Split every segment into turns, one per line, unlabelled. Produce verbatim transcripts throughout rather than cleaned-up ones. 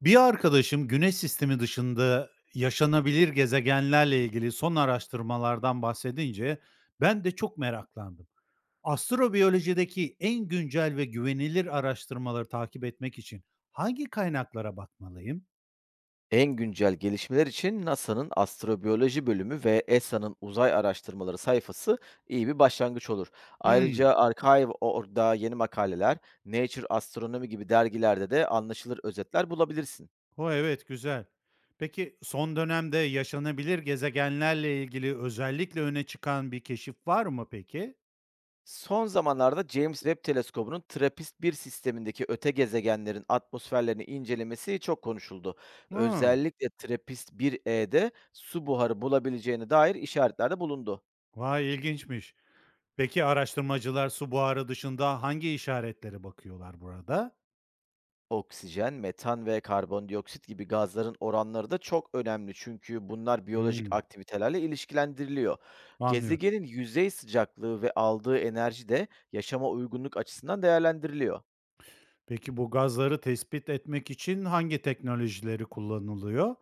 Bir arkadaşım Güneş sistemi dışında yaşanabilir gezegenlerle ilgili son araştırmalardan bahsedince ben de çok meraklandım. Astrobiyolojideki en güncel ve güvenilir araştırmaları takip etmek için hangi kaynaklara bakmalıyım?
En güncel gelişmeler için NASA'nın astrobiyoloji bölümü ve ESA'nın uzay araştırmaları sayfası iyi bir başlangıç olur.
Hmm,
Ayrıca Archive orada yeni makaleler, Nature Astronomy gibi dergilerde de anlaşılır özetler bulabilirsin.
o evet güzel. Peki son dönemde yaşanabilir gezegenlerle ilgili özellikle öne çıkan bir keşif var mı peki?
Son zamanlarda James Webb Teleskobu'nun trappist bir sistemindeki öte gezegenlerin atmosferlerini incelemesi çok konuşuldu.
Hmm,
Özellikle trappist bir e'de su buharı bulabileceğine dair işaretlerde bulundu.
vay ilginçmiş. Peki araştırmacılar su buharı dışında hangi işaretlere bakıyorlar burada?
Oksijen, metan ve karbondioksit gibi gazların oranları da çok önemli, çünkü bunlar biyolojik
Hımm,
aktivitelerle ilişkilendiriliyor.
anlıyorum.
Gezegenin yüzey sıcaklığı ve aldığı enerji de yaşama uygunluk açısından değerlendiriliyor.
Peki bu gazları tespit etmek için hangi teknolojileri kullanılıyor?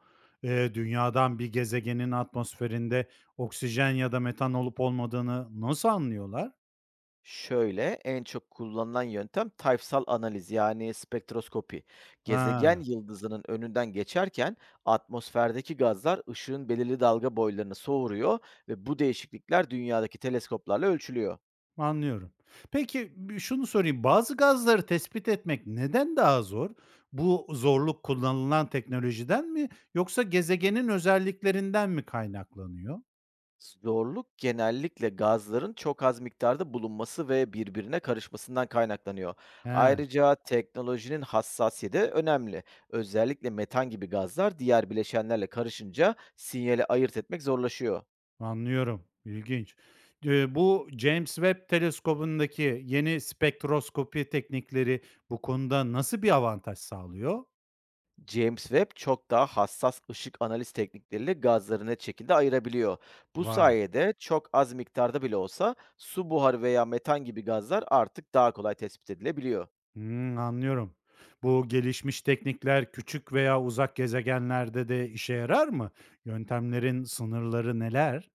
Eee, dünyadan bir gezegenin atmosferinde oksijen ya da metan olup olmadığını nasıl anlıyorlar?
Şöyle, en çok kullanılan yöntem tayfsal analiz, yani spektroskopi. Gezegen
Ha,
yıldızının önünden geçerken atmosferdeki gazlar ışığın belirli dalga boylarını soğuruyor ve bu değişiklikler dünyadaki teleskoplarla ölçülüyor.
anlıyorum. Peki bi şunu sorayım, bazı gazları tespit etmek neden daha zor? Bu zorluk kullanılan teknolojiden mi yoksa gezegenin özelliklerinden mi kaynaklanıyor?
Zorluk genellikle gazların çok az miktarda bulunması ve birbirine karışmasından kaynaklanıyor.
He.
Ayrıca teknolojinin hassasiyeti de önemli. Özellikle metan gibi gazlar diğer bileşenlerle karışınca sinyali ayırt etmek zorlaşıyor.
Anlıyorum, ilginç. Eee, bu James Webb Teleskobu'ndaki yeni spektroskopi teknikleri bu konuda nasıl bir avantaj sağlıyor?
James Webb çok daha hassas ışık analiz teknikleriyle gazları net şekilde ayırabiliyor. Bu
Vay.
sayede çok az miktarda bile olsa su buharı veya metan gibi gazlar artık daha kolay tespit edilebiliyor.
Hımm, anlıyorum. Bu gelişmiş teknikler küçük veya uzak gezegenlerde de işe yarar mı? Yöntemlerin sınırları neler?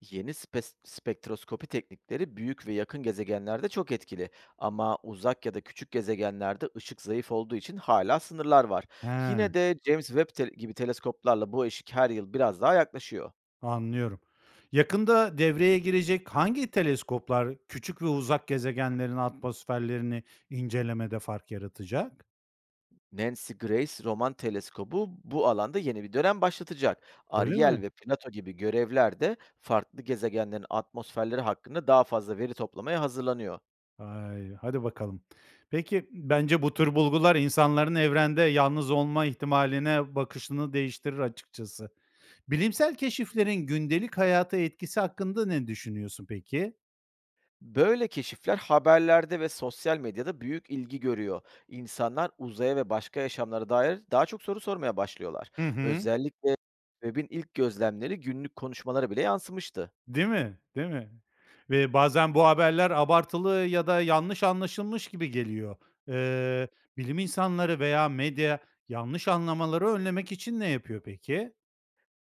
Yeni spes- spektroskopi teknikleri büyük ve yakın gezegenlerde çok etkili, ama uzak ya da küçük gezegenlerde ışık zayıf olduğu için hala sınırlar var.
He,
Yine de James Webb te- gibi teleskoplarla bu eşik her yıl biraz daha yaklaşıyor.
anlıyorum. Yakında devreye girecek hangi teleskoplar küçük ve uzak gezegenlerin atmosferlerini incelemede fark yaratacak?
Nancy Grace Roman Teleskobu bu alanda yeni bir dönem başlatacak.
Öyle mi?
Ariel ve Plato gibi görevler de farklı gezegenlerin atmosferleri hakkında daha fazla veri toplamaya hazırlanıyor.
Ay, hadi bakalım. Peki, bence bu tür bulgular insanların evrende yalnız olma ihtimaline bakışını değiştirir açıkçası. Bilimsel keşiflerin gündelik hayata etkisi hakkında ne düşünüyorsun peki?
Böyle keşifler haberlerde ve sosyal medyada büyük ilgi görüyor. İnsanlar uzaya ve başka yaşamlara dair daha çok soru sormaya başlıyorlar.
Hı hı.
Özellikle Webb'in ilk gözlemleri günlük konuşmalara bile yansımıştı.
Değil mi? Değil mi? Ve bazen bu haberler abartılı ya da yanlış anlaşılmış gibi geliyor. Eee, bilim insanları veya medya yanlış anlamaları önlemek için ne yapıyor peki?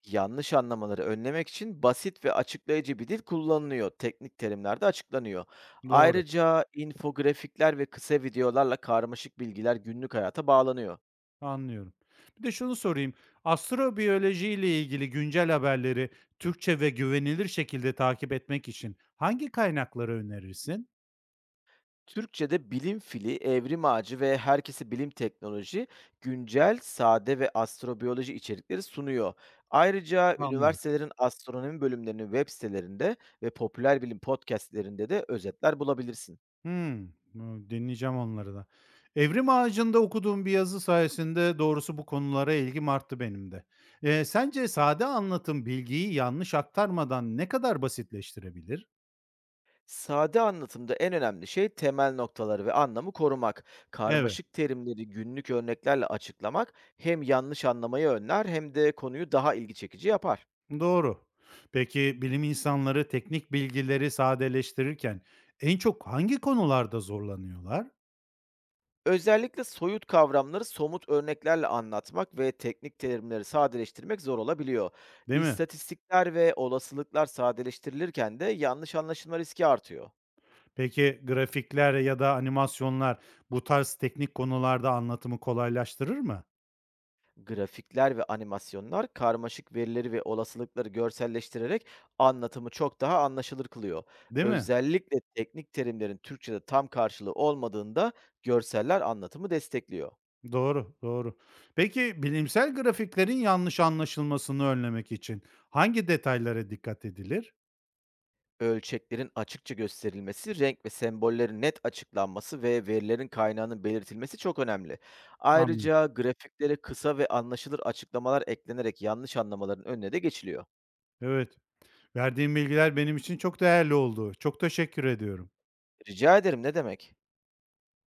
Yanlış anlamaları önlemek için basit ve açıklayıcı bir dil kullanılıyor. Teknik terimler de açıklanıyor.
Doğru.
Ayrıca infografikler ve kısa videolarla karmaşık bilgiler günlük hayata bağlanıyor.
Anlıyorum. Bir de şunu sorayım. Astrobiyoloji ile ilgili güncel haberleri Türkçe ve güvenilir şekilde takip etmek için hangi kaynakları önerirsin?
Türkçe'de bilim fili, evrim ağacı ve herkesi bilim teknoloji güncel, sade ve astrobiyoloji içerikleri sunuyor. Ayrıca
Anlıyorum.
üniversitelerin astronomi bölümlerinin web sitelerinde ve popüler bilim podcastlerinde de özetler bulabilirsin.
Hmm, bu- dinleyeceğim onları da. Evrim Ağacı'nda okuduğum bir yazı sayesinde doğrusu bu konulara ilgim arttı benim de. Ee, sence sade anlatım bilgiyi yanlış aktarmadan ne kadar basitleştirebilir?
Sade anlatımda en önemli şey temel noktaları ve anlamı korumak.
Evet.
Karmaşık terimleri günlük örneklerle açıklamak hem yanlış anlamayı önler, hem de konuyu daha ilgi çekici yapar.
Doğru. Peki bilim insanları teknik bilgileri sadeleştirirken en çok hangi konularda zorlanıyorlar?
Özellikle soyut kavramları somut örneklerle anlatmak ve teknik terimleri sadeleştirmek zor olabiliyor.
Değil mi?
İstatistikler ve olasılıklar sadeleştirilirken de yanlış anlaşılma riski artıyor.
Peki grafikler ya da animasyonlar bu tarz teknik konularda anlatımı kolaylaştırır mı?
Grafikler ve animasyonlar karmaşık verileri ve olasılıkları görselleştirerek anlatımı çok daha anlaşılır kılıyor.
Değil mi?
Özellikle teknik terimlerin Türkçe'de tam karşılığı olmadığında görseller anlatımı destekliyor.
Doğru, doğru. Peki bilimsel grafiklerin yanlış anlaşılmasını önlemek için hangi detaylara dikkat edilir?
Ölçeklerin açıkça gösterilmesi, renk ve sembollerin net açıklanması ve verilerin kaynağının belirtilmesi çok önemli.
Anlıyorum.
Ayrıca grafiklere kısa ve anlaşılır açıklamalar eklenerek yanlış anlamaların önüne de geçiliyor.
Evet. Verdiğin bilgiler benim için çok değerli oldu. Çok teşekkür ediyorum.
Rica ederim, ne demek?